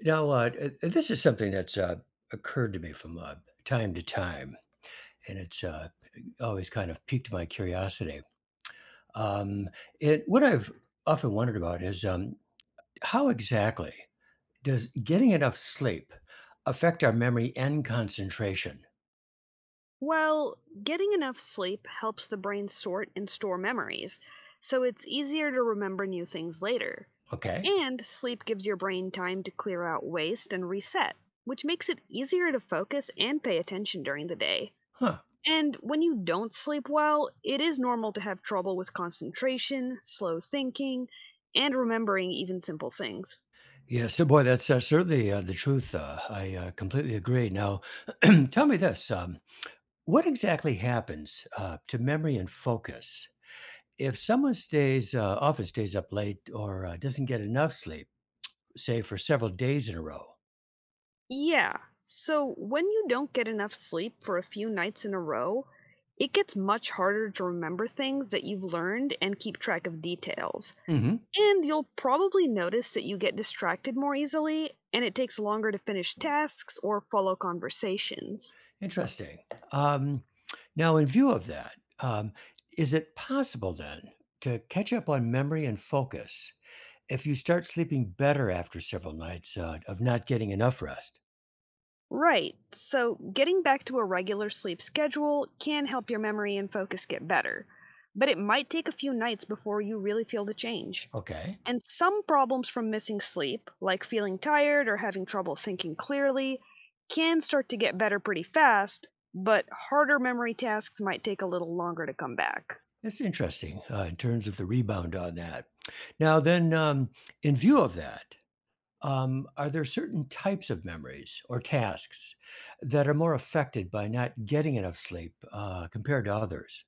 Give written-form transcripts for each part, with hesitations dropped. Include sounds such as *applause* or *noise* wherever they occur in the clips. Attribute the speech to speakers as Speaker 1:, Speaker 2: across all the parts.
Speaker 1: Now, this is something that's occurred to me from time to time, and it's always kind of piqued my curiosity. Um, what I've often wondered about is how exactly does getting enough sleep affect our memory and concentration?
Speaker 2: Well, getting enough sleep helps the brain sort and store memories, so it's easier to remember new things later.
Speaker 1: Okay.
Speaker 2: And sleep gives your brain time to clear out waste and reset, which makes it easier to focus and pay attention during the day.
Speaker 1: Huh.
Speaker 2: And when you don't sleep well, it is normal to have trouble with concentration, slow thinking, and remembering even simple things.
Speaker 1: Yes, so boy, that's certainly the truth. I completely agree. Now, *clears throat* tell me this: what exactly happens to memory and focus if someone often stays up late or doesn't get enough sleep, say for several days in a row.
Speaker 2: Yeah. So when you don't get enough sleep for a few nights in a row, it gets much harder to remember things that you've learned and keep track of details.
Speaker 1: Hmm.
Speaker 2: And you'll probably notice that you get distracted more easily, and it takes longer to finish tasks or follow conversations.
Speaker 1: Interesting. Um, Now, in view of that, um, is it possible then to catch up on memory and focus if you start sleeping better after several nights of not getting enough rest?
Speaker 2: Right. So, getting back to a regular sleep schedule can help your memory and focus get better, but it might take a few nights before you really feel the change.
Speaker 1: Okay,
Speaker 2: And some problems from missing sleep, like feeling tired or having trouble thinking clearly, can start to get better pretty fast, but harder memory tasks might take a little longer to come back.
Speaker 1: that's interesting in terms of the rebound on that. Now, then, in view of that, are there certain types of memories or tasks that are more affected by not getting enough sleep compared to others?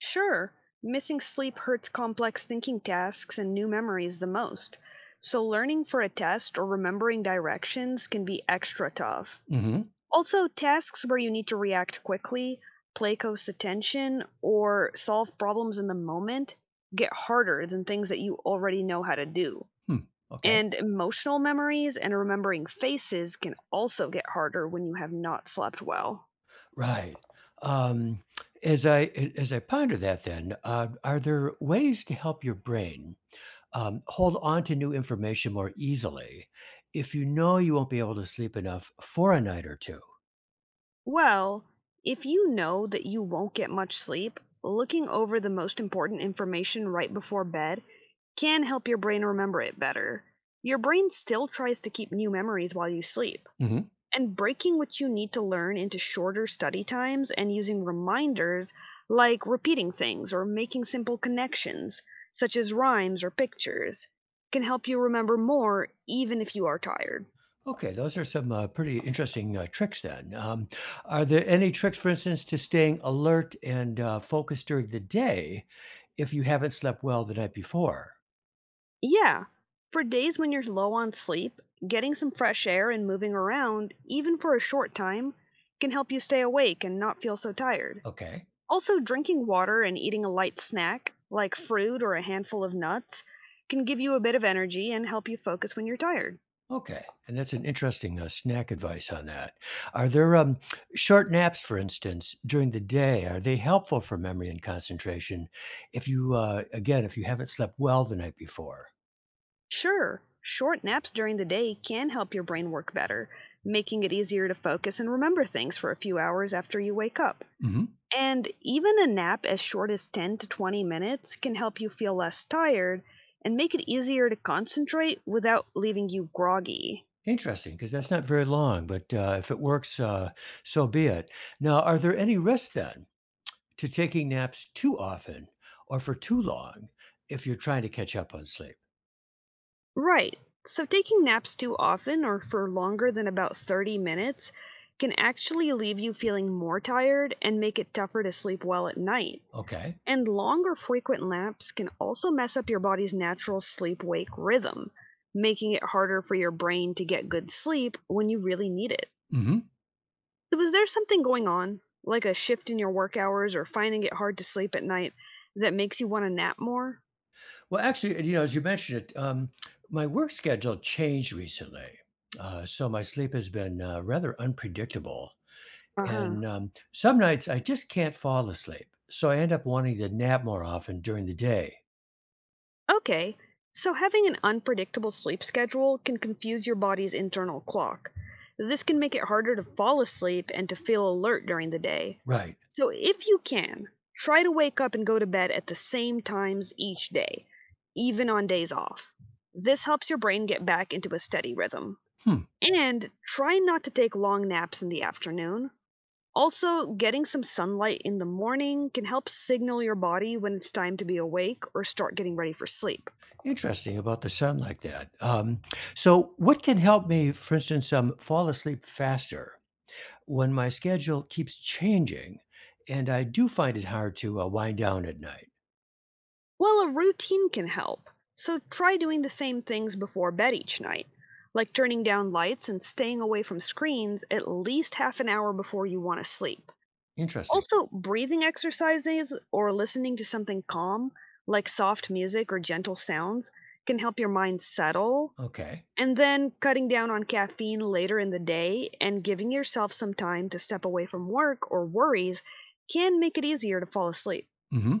Speaker 2: Sure, missing sleep hurts complex thinking tasks and new memories the most, so learning for a test or remembering directions can be extra tough.
Speaker 1: Hmm.
Speaker 2: Also, tasks where you need to react quickly, play close attention, or solve problems in the moment get harder than things that you already know how to do.
Speaker 1: Hmm. Okay.
Speaker 2: And emotional memories and remembering faces can also get harder when you have not slept well.
Speaker 1: Right. Um, as I as I ponder that, then, are there ways to help your brain hold on to new information more easily if you know you won't be able to sleep enough for a night or 2?
Speaker 2: Well, if you know that you won't get much sleep, looking over the most important information right before bed can help your brain remember it better. Your brain still tries to keep new memories while you sleep, and breaking what you need to learn into shorter study times and using reminders like repeating things or making simple connections, such as rhymes or pictures, can help you remember more even if you are tired.
Speaker 1: Okay, those are some pretty interesting tricks then. Are there any tricks, for instance, to staying alert and focused during the day if you haven't slept well the night before?
Speaker 2: Yeah. For days when you're low on sleep, getting some fresh air and moving around, even for a short time, can help you stay awake and not feel so tired.
Speaker 1: Okay,
Speaker 2: Also, drinking water and eating a light snack, like fruit or a handful of nuts, can give you a bit of energy and help you focus when you're tired.
Speaker 1: okay. And that's an interesting snack advice on that. Are there short naps, for instance, during the day? Are they helpful for memory and concentration if you, again, if you haven't slept well the night before?
Speaker 2: Sure, short naps during the day can help your brain work better, making it easier to focus and remember things for a few hours after you wake up.
Speaker 1: Mm-hmm.
Speaker 2: And even a nap as short as 10 to 20 minutes can help you feel less tired and make it easier to concentrate without leaving you groggy.
Speaker 1: Interesting, because that's not very long, but, if it works, so be it. Now, are there any risks then to taking naps too often or for too long if you're trying to catch up on sleep?
Speaker 2: Right. So taking naps too often or for longer than about 30 minutes can actually leave you feeling more tired and make it tougher to sleep well at night.
Speaker 1: Okay.
Speaker 2: And long or frequent naps can also mess up your body's natural sleep wake rhythm, making it harder for your brain to get good sleep when you really need it.
Speaker 1: Mhm.
Speaker 2: So was there something going on, like a shift in your work hours or finding it hard to sleep at night that makes you want to nap more?
Speaker 1: Well, actually, as you mentioned it, my work schedule changed recently, so my sleep has been, rather unpredictable,
Speaker 2: Uh-huh.
Speaker 1: and, some nights I just can't fall asleep, so I end up wanting to nap more often during the day.
Speaker 2: Okay. So having an unpredictable sleep schedule can confuse your body's internal clock. This can make it harder to fall asleep and to feel alert during the day.
Speaker 1: Right.
Speaker 2: So if you can, try to wake up and go to bed at the same times each day, even on days off. This helps your brain get back into a steady rhythm.
Speaker 1: Hmm.
Speaker 2: And try not to take long naps in the afternoon. Also, getting some sunlight in the morning can help signal your body when it's time to be awake or start getting ready for sleep.
Speaker 1: Interesting about the sun like that. So, what can help me, for instance, fall asleep faster when my schedule keeps changing and I do find it hard to wind down at night?
Speaker 2: Well, a routine can help, so try doing the same things before bed each night, like turning down lights and staying away from screens at least half an hour before you want to sleep.
Speaker 1: Interesting.
Speaker 2: Also, breathing exercises or listening to something calm, like soft music or gentle sounds, can help your mind settle.
Speaker 1: Okay.
Speaker 2: And then cutting down on caffeine later in the day and giving yourself some time to step away from work or worries can make it easier to fall asleep.
Speaker 1: Hmm.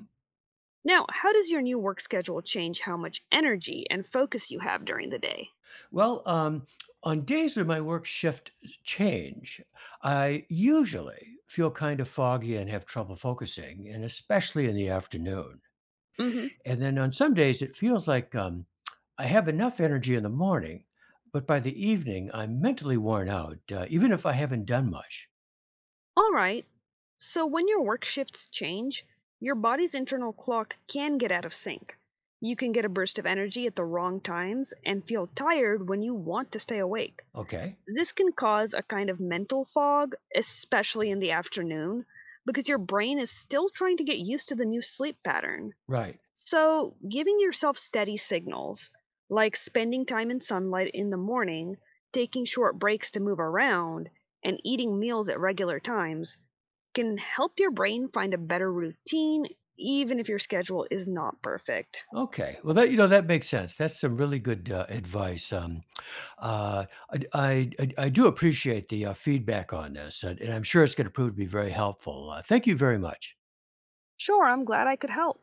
Speaker 2: Now, how does your new work schedule change how much energy and focus you have during the day?
Speaker 1: Well, on days when my work shift change, I usually feel kind of foggy and have trouble focusing, and especially in the afternoon.
Speaker 2: Mhm.
Speaker 1: And then on some days, it feels like I have enough energy in the morning, but by the evening, I'm mentally worn out, even if I haven't done much.
Speaker 2: All right. So when your work shifts change, your body's internal clock can get out of sync. You can get a burst of energy at the wrong times and feel tired when you want to stay awake.
Speaker 1: Okay.
Speaker 2: This can cause a kind of mental fog, especially in the afternoon, because your brain is still trying to get used to the new sleep pattern.
Speaker 1: Right.
Speaker 2: So, giving yourself steady signals, like spending time in sunlight in the morning, taking short breaks to move around, and eating meals at regular times, can help your brain find a better routine, even if your schedule is not perfect.
Speaker 1: Okay. Well, that you know that makes sense. That's some really good advice. I do appreciate the feedback on this, and I'm sure it's going to prove to be very helpful. Thank you very much.
Speaker 2: Sure, I'm glad I could help.